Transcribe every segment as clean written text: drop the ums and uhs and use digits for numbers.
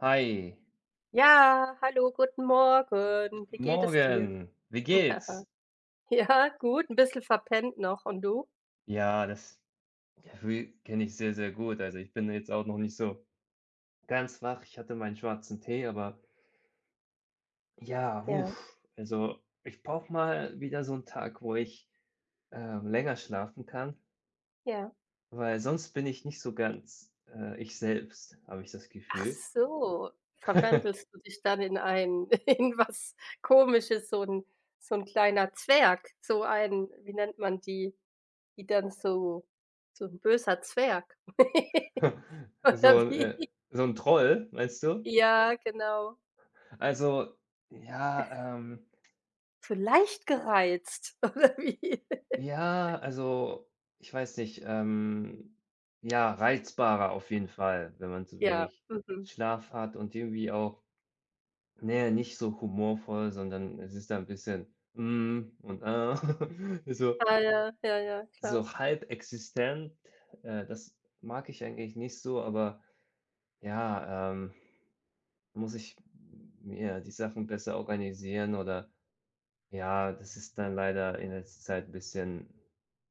Hi, Ja, hallo, guten Morgen. Wie guten geht es dir? Morgen. Wie Ja. geht's? Ja, gut, ein bisschen verpennt noch, und du? Ja, das Gefühl kenne ich sehr, sehr gut. Also ich bin jetzt auch noch nicht so ganz wach. Ich hatte meinen schwarzen Tee, aber ja, Ja, huf, also ich brauche mal wieder so einen Tag, wo ich länger schlafen kann, ja. weil sonst bin ich nicht so ganz ich selbst, habe ich das Ach Gefühl. so, verwandelst du dich dann in ein in was Komisches, so ein kleiner Zwerg, so ein wie nennt man die, die dann so ein böser Zwerg oder So, wie? so ein Troll, meinst du? Ja, genau. Also ja, So leicht gereizt oder wie? ja, also, ich weiß nicht, ja, reizbarer auf jeden Fall, wenn man zu Ja, wenig mhm. Schlaf hat und irgendwie auch, ne, nicht so humorvoll, sondern es ist da ein bisschen, hm, und, ah, so Ah, ja, ja, ja, klar. Halb existent. Das mag ich eigentlich nicht so, aber ja, muss ich mir die Sachen besser organisieren oder ja, das ist dann leider in letzter Zeit ein bisschen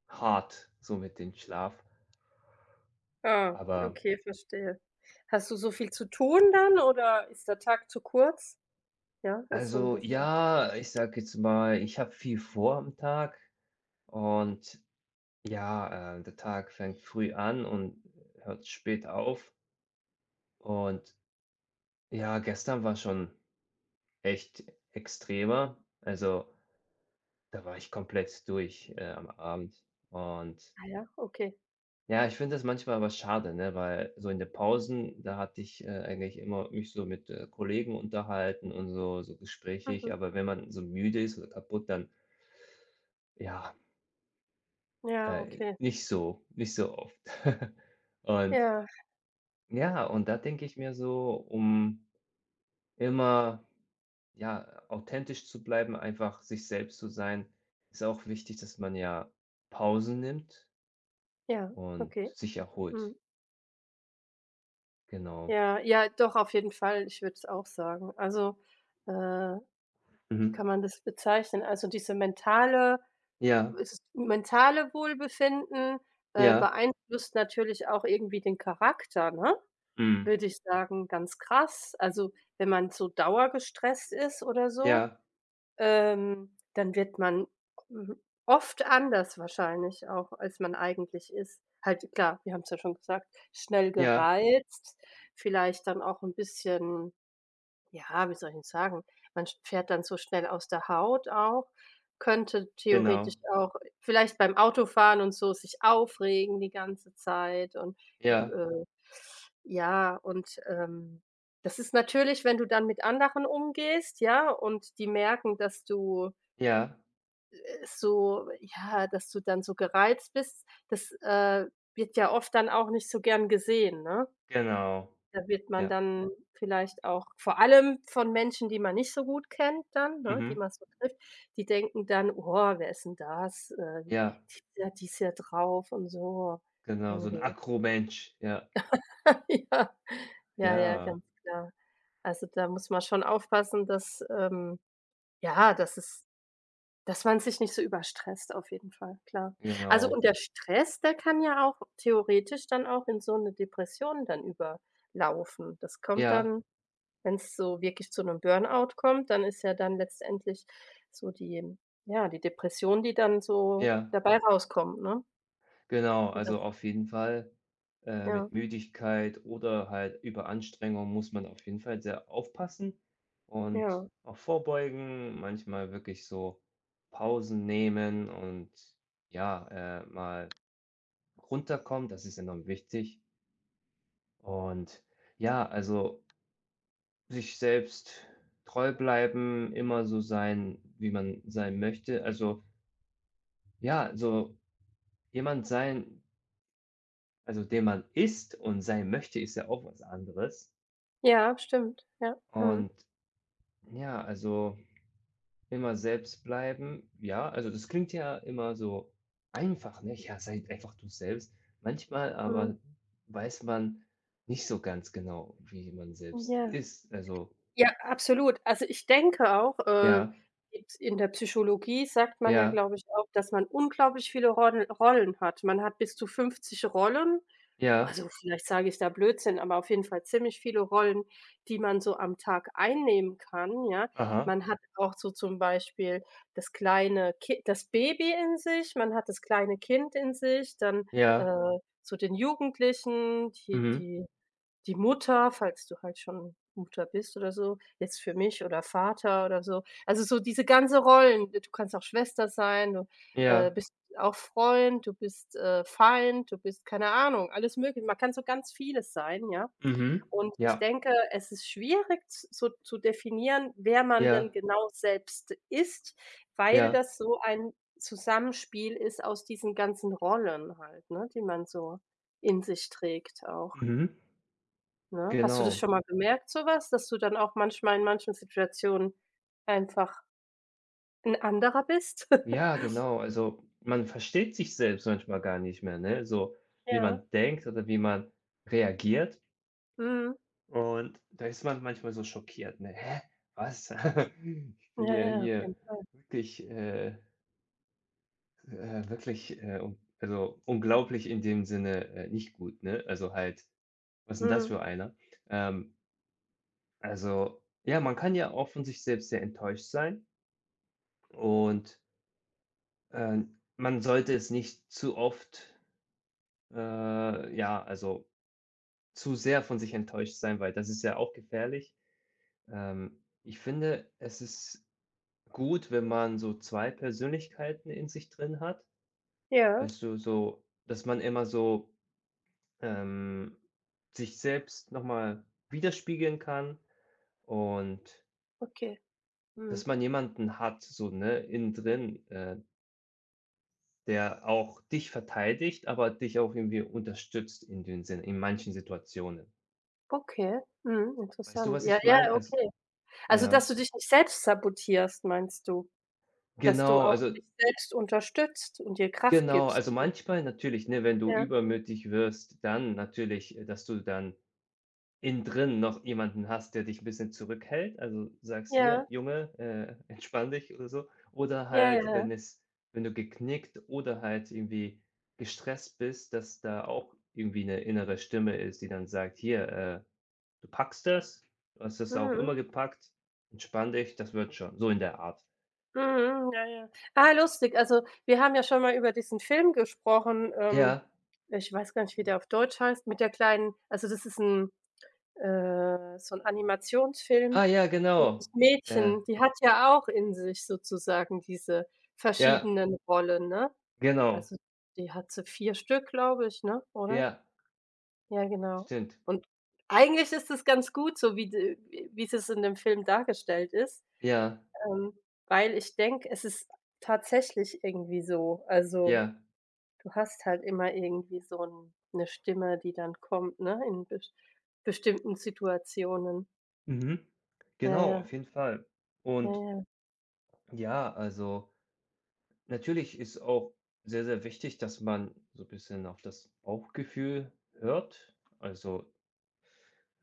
hart, so mit dem Schlaf. Ah, Aber okay, verstehe. Hast du so viel zu tun dann, oder ist der Tag zu kurz? Ja, ist so ein also, bisschen. ja, ich sage jetzt mal, ich habe viel vor am Tag und ja, der Tag fängt früh an und hört spät auf. Und ja, gestern war schon echt extremer. Also, da war ich komplett durch, am Abend. Und Ah, ja, okay. ja, ich finde das manchmal aber schade, ne, weil so in den Pausen, da hatte ich eigentlich immer mich so mit, Kollegen unterhalten und so gesprächig, Mhm. aber wenn man so müde ist oder kaputt, dann ja, Ja, Äh, okay. nicht so, nicht so oft. Und Ja, ja, und da denke ich mir so, um immer, ja, authentisch zu bleiben, einfach sich selbst zu sein, ist auch wichtig, dass man ja Pausen nimmt ja, und okay. sich erholt. Mhm. Genau. Ja, ja, doch, auf jeden Fall, ich würde es auch sagen. Also, wie Mhm. kann man das bezeichnen? Also, diese mentale, Ja, es ist mentale Wohlbefinden, ja. beeinflusst natürlich auch irgendwie den Charakter, ne? Mhm. Würde ich sagen, ganz krass. Also, wenn man so dauergestresst ist oder so, Ja, dann wird man m oft anders wahrscheinlich auch, als man eigentlich ist. Halt klar, wir haben es ja schon gesagt, schnell ja, gereizt, vielleicht dann auch ein bisschen, ja, wie soll ich 'n sagen? Man sch fährt dann so schnell aus der Haut auch, könnte theoretisch genau. auch vielleicht beim Autofahren und so sich aufregen die ganze Zeit und, Ja, äh ja, und, das ist natürlich, wenn du dann mit anderen umgehst, ja, und die merken, dass du, ja, so ja, dass du dann so gereizt bist, das, wird ja oft dann auch nicht so gern gesehen, ne? genau. Da wird man Ja. dann vielleicht auch vor allem von Menschen, die man nicht so gut kennt dann, ne, die Mhm. man so trifft, die denken dann: „Oh, wer ist 'n das? Die Ja, ja, die ist ja drauf und so genau. So 'n irgendwie.“ Akromensch. Ja, Ja. Ja, ja, ja, ganz klar. Also, da muss man schon aufpassen, dass, ja, dass man sich nicht so überstresst, auf jeden Fall, klar. Also, genau. und der Stress, der kann ja auch theoretisch dann auch in so 'ne Depression dann überlaufen. Das kommt Ja. dann, wenn es so wirklich zu einem Burnout kommt, dann ist ja dann letztendlich so die, ja, die Depression, die dann so Ja, dabei rauskommt, ne? genau. Und das, Also auf jeden Fall, ja, mit Müdigkeit oder halt Überanstrengung muss man auf jeden Fall sehr aufpassen und ja. auch vorbeugen, manchmal wirklich so Pausen nehmen und ja, mal runterkommen, das ist enorm wichtig. Und ja, also sich selbst treu bleiben, immer so sein, wie man sein möchte. Also ja, so jemand sein, also, der man ist und sein möchte, ist ja auch was anderes. Ja, stimmt. Ja. Mhm. Und ja, also immer selbst bleiben. Ja, also das klingt ja immer so einfach, ne? Ja, sei einfach du selbst. Manchmal Mhm. aber weiß man nicht so ganz genau, wie man selbst Ja. ist. Also, Ja, absolut. Also, ich denke auch, ja, jetzt in der Psychologie sagt man ja, ja, glaube ich, auch, dass man unglaublich viele Rollen hat. Man hat bis zu 50 Rollen. ja, Also, vielleicht sage ich da Blödsinn, aber auf jeden Fall ziemlich viele Rollen, die man so am Tag einnehmen kann, ja. aha, Man hat auch so zum Beispiel das kleine Ki das Baby in sich, man hat das kleine Kind in sich, dann, äh, ja, so den Jugendlichen, die, mhm, die Mutter, falls du halt schon Mutter bist oder so, jetzt für mich oder Vater oder so. Also, so diese ganze Rollen. Du kannst auch Schwester sein, du, ja, bist auch Freund, du bist, Feind, du bist, keine Ahnung, alles möglich. Man kann so ganz vieles sein, ja? mhm, Und ich ja, denke, es ist schwierig, z so zu definieren, wer man denn ja, genau selbst ist, weil ja, das so ein Zusammenspiel ist aus diesen ganzen Rollen halt, ne, die man so in sich trägt auch. mhm, Ne? Hast du das genau. schon mal gemerkt, so was, dass du dann auch manchmal in manchen Situationen einfach ein anderer bist? Ja, genau. Also, man versteht sich selbst manchmal gar nicht mehr, ne? So wie Ja, man denkt oder wie man reagiert. mhm. Und da ist man manchmal so schockiert, ne? „Hä, was? Ich bin Ja, ja ja, auf hier jeden Fall. wirklich, wirklich, un also, unglaublich in dem Sinne, nicht gut, ne? Also, halt, was ist 'n das Mhm. für einer?“ Ähm, also, ja, man kann ja auch von sich selbst sehr enttäuscht sein und, man sollte es nicht zu oft ja, also zu sehr von sich enttäuscht sein, weil das ist ja auch gefährlich. Ich finde, es ist gut, wenn man so 2 Persönlichkeiten in sich drin hat. Ja, Weißt du, so dass man immer so, ähm, sich selbst noch mal widerspiegeln kann und okay. dass Mhm. man jemanden hat, so, ne, innen drin, der auch dich verteidigt, aber dich auch irgendwie unterstützt in dem Sinne in manchen Situationen. Okay. Mhm, Weißt du, interessant. was Ja, ich ja, meine? Also okay. Also, dass ja. du dich nicht selbst sabotierst, meinst du? Dass du Genau, auch also dich selbst unterstützt und dir Kraft genau, gibst? also manchmal natürlich, ne, wenn du Ja, übermütig wirst, dann natürlich, dass du dann innen drin noch jemanden hast, der dich 'n bisschen zurückhält. Also, sagst: „Hier, ja, Junge, entspann dich“ oder so. Oder ja, ja, halt, ja. Wenn du geknickt oder halt irgendwie gestresst bist, dass da auch irgendwie 'ne innere Stimme ist, die dann sagt: „Hier, du packst das. Du hast das auch Mhm. immer gepackt. Entspann dich, das wird schon.“ So in der Art. Mhm, ja, ja. Ah, lustig. Also, wir haben ja schon mal über diesen Film gesprochen, Ja. ich weiß gar nicht, wie der auf Deutsch heißt, mit der kleinen also, das ist ein so ein Animationsfilm, Ah ja, wo das genau. Äh, Mädchen die hat ja auch in sich sozusagen diese ja. verschiedenen Rollen, ne? Genau, Also, die hat so 4 Stück, glaube ich, ne, oder? ja, Ja, genau. stimmt. Und eigentlich ist es ganz gut so, wie d wie es in dem Film dargestellt ist, Ja, ähm, weil ich denke, es ist tatsächlich irgendwie so. Also, ja. du hast halt immer irgendwie so 'n 'ne Stimme, die dann kommt, ne, in bestimmten Situationen. Mhm. Ja, Genau, ja, auf jeden Fall. ja, Und ja. ja, also natürlich ist auch sehr, sehr wichtig, dass man so 'n bisschen auf das Bauchgefühl hört. Also,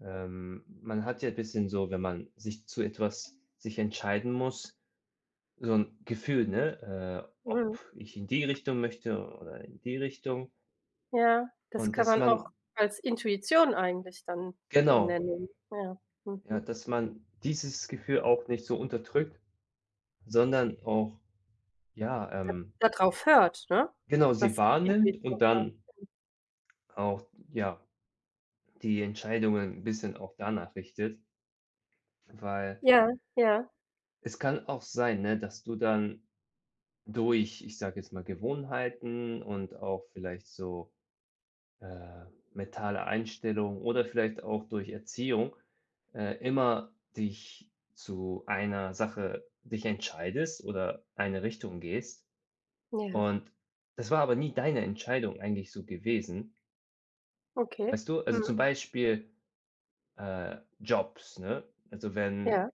man hat ja ein bisschen so, wenn man sich zu etwas sich entscheiden muss, so ein Gefühl, ne, ob Mhm. ich in die Richtung möchte oder in die Richtung. Ja, das Und kann dass man auch man als Intuition eigentlich dann, genau, nennen. Ja, ja, mhm. dass man dieses Gefühl auch nicht so unterdrückt sondern auch, ja, Da darauf hört, ne? genau, sie Was die wahrnimmt und Intuition sagt. dann auch, ja, die Entscheidungen ein bisschen auch danach richtet. Weil Ja, ja. es kann auch sein, ne, dass du dann durch, ich sage jetzt mal, Gewohnheiten und auch vielleicht so, äh, mentale Einstellung oder vielleicht auch durch Erziehung, immer dich zu einer Sache dich entscheidest oder eine Richtung gehst. Ja, Und das war aber nie deine Entscheidung eigentlich so gewesen. okay. Weißt du, also zum Mhm. Beispiel, Jobs, ne? Also, wenn Ja.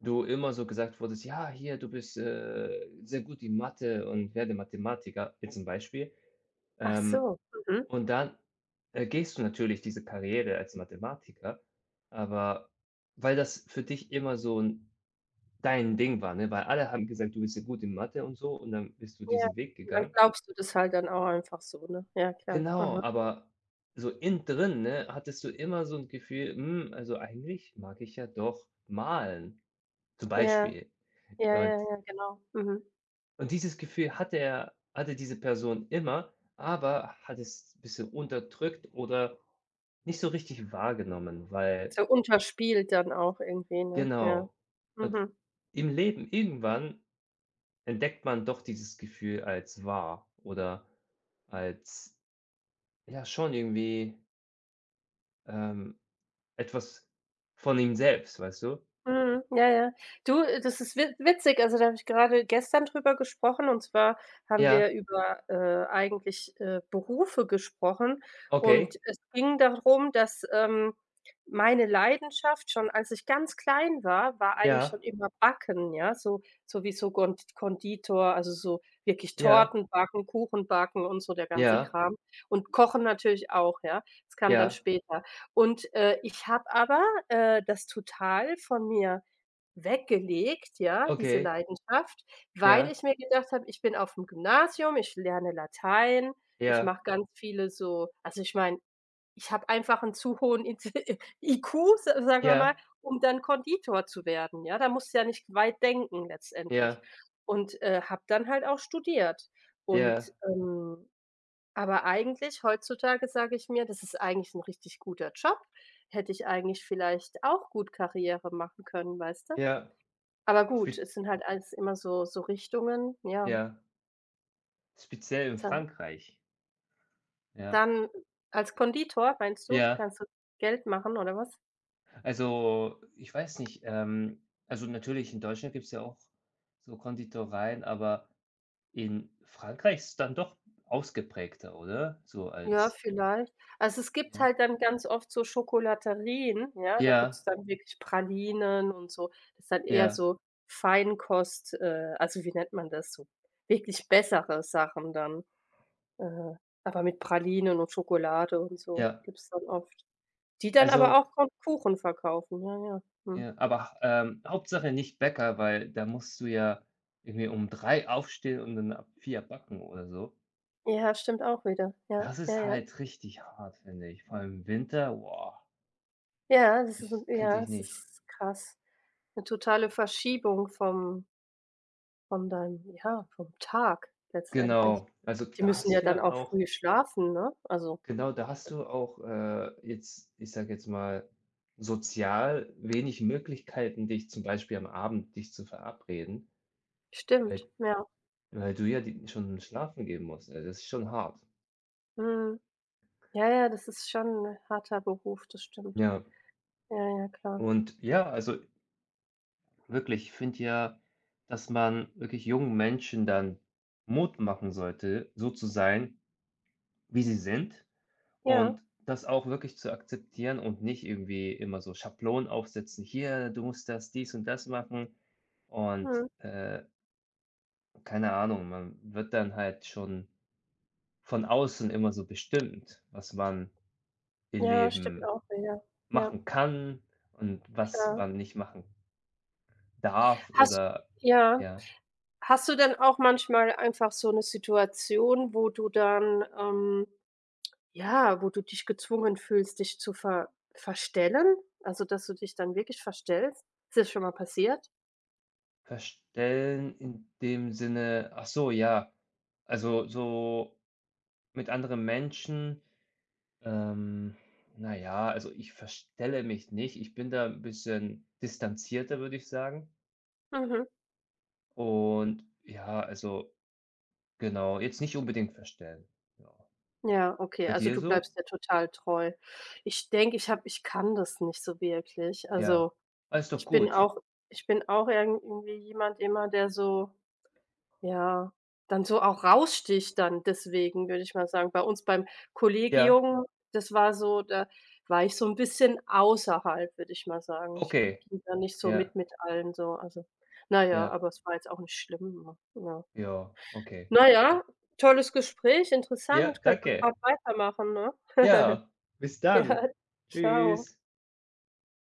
du immer so gesagt wurdest: „Ja, hier, du bist, sehr gut in Mathe und werde Mathematiker“, jetzt zum Beispiel. Ach Ähm, so. Mhm. und dann, gehst du natürlich diese Karriere als Mathematiker, aber weil das für dich immer so 'n dein Ding war, ne? Weil alle haben gesagt, du bist sehr gut in Mathe und so und dann bist du Ja. diesen Weg Und dann gegangen. glaubst du das halt dann auch einfach so, ne? Ja, klar. Genau, Aha. aber so innen drin, ne, hattest du immer so 'n Gefühl: „Hm, also eigentlich mag ich ja doch malen“, zum Ja, Beispiel. ja, ja, Und ja, genau. Mhm. Dieses Gefühl hatte diese Person immer, aber hat es bisschen unterdrückt oder nicht so richtig wahrgenommen, weil So unterspielt dann auch irgendwie, ne? Ja. genau. Und Mhm. im Leben irgendwann entdeckt man doch dieses Gefühl als wahr oder als ja schon irgendwie, ähm, etwas von ihm selbst, weißt du? Mhm, ja, ja. Du, das ist wi witzig, also, da habe ich gerade gestern drüber gesprochen, und zwar haben wir Ja, über, eigentlich, Berufe gesprochen und okay, es ging darum, dass, meine Leidenschaft, schon als ich ganz klein war, war eigentlich ja, schon immer Backen, ja, so wie so Gond Konditor, also, so wirklich ja, Torten backen, Kuchen backen und so der ganze ja, Kram, und Kochen natürlich auch, ja. Das kam dann ja, später und, ich habe aber, das total von mir weggelegt, ja, diese okay, Leidenschaft, weil ja, ich mir gedacht habe: „Ich bin auf'm Gymnasium, ich lerne Latein, ich ja, mache ganz viele so.“ Also, ich meine, ich habe einfach 'n zu hohen Inte IQ, sa sagen wir mal, ja, um dann Konditor zu werden, ja? Da musst du ja nicht weit denken letztendlich, ja, und, habe dann halt auch studiert und, ja, ähm aber eigentlich heutzutage sage ich mir, das ist eigentlich ein richtig guter Job. Hätte ich eigentlich vielleicht auch gut Karriere machen können, weißt du? ja, Aber spe gut, es sind halt alles immer so Richtungen, ja. ja, speziell in Tja, Frankreich. Ja, dann als Konditor, meinst du, ja. kannst du Geld machen oder was? Also, ich weiß nicht, also, natürlich in Deutschland gibt's ja auch so Konditoreien, aber in Frankreich ist es dann doch ausgeprägter, oder? So Ja, als vielleicht. Also, es gibt ja. halt dann ganz oft so Schokolaterien, ja, da Ja, gibt's dann wirklich Pralinen und so. Das ist dann eher ja, so Feinkost, also, wie nennt man das? So wirklich bessere Sachen dann. Äh, aber mit Pralinen und Schokolade und so ja. gibt's dann oft. Die dann aber Also auch Kon Kuchen verkaufen, ja, ja. Mhm. ja, aber, Hauptsache nicht Bäcker, weil da musst du ja irgendwie um 3 aufstehen und dann ab 4 backen oder so. Ja, stimmt auch wieder. Ja, Das ja, ist ja. halt richtig hart, finde ich. Vor allem im Winter, boah, Ja, das ist 'n ich könnte ja, ich es nicht. ist krass. 'Ne totale Ja. Verschiebung vom Tag letztendlich. Genau, also Die da müssen ja hast du dann ja auch auch früh schlafen, ne? Also, genau, da hast du auch, jetzt ich sage jetzt mal, sozial wenig Möglichkeiten, dich zum Beispiel am Abend dich zu verabreden, stimmt, weil ja. Du ja die schon schlafen gehen musst. Also, das ist schon hart. Mhm. Ja, ja, das ist schon 'n harter Beruf, das stimmt. Ja, Ja, ja, klar. und ja, also wirklich, ich finde ja, dass man wirklich jungen Menschen dann Mut machen sollte, so zu sein, wie sie sind Ja, und das auch wirklich zu akzeptieren und nicht irgendwie immer so Schablonen aufsetzen. Hier, du musst das, dies und das machen. Und mhm. Keine Ahnung, man wird dann halt schon von außen immer so bestimmt, was man im Ja, stimmt Leben auch wieder. Ja, machen kann und was klar. man nicht machen darf Hast oder Ja. ja. Hast du denn auch manchmal einfach so 'ne Situation, wo du dann, ja, wo du dich gezwungen fühlst, dich zu verstellen? Also, dass du dich dann wirklich verstellst? Ist dir schon mal passiert? Verstellen in dem Sinne ach so, ja. Also, so mit anderen Menschen, ähm, na ja, also ich verstelle mich nicht. Ich bin da ein bisschen distanzierter, würde ich sagen. Mhm. Und ja, also genau, jetzt nicht unbedingt verstellen. Ja. Ja, okay, Bei also dir du so? bleibst dir total treu. Ich denke, ich kann das nicht so wirklich. Ja. Also, Ah, ist doch ich bin gut. auch ich bin auch irgendwie jemand immer, der so, ja, dann so auch raussticht dann deswegen, würde ich mal sagen. Bei uns beim Ja, Kollegium, das war so da war ich so ein bisschen außerhalb, würde ich mal sagen. Ich okay. ging da nicht so Ja, mit allen so, also, naja, ja, aber es war jetzt auch nicht schlimm, ne? Ja. ja, okay. Na ja, tolles Gespräch, Ja, interessant, könnte man danke. grad weitermachen, ne? Ja, bis dann. Ja, Tschüss. ciao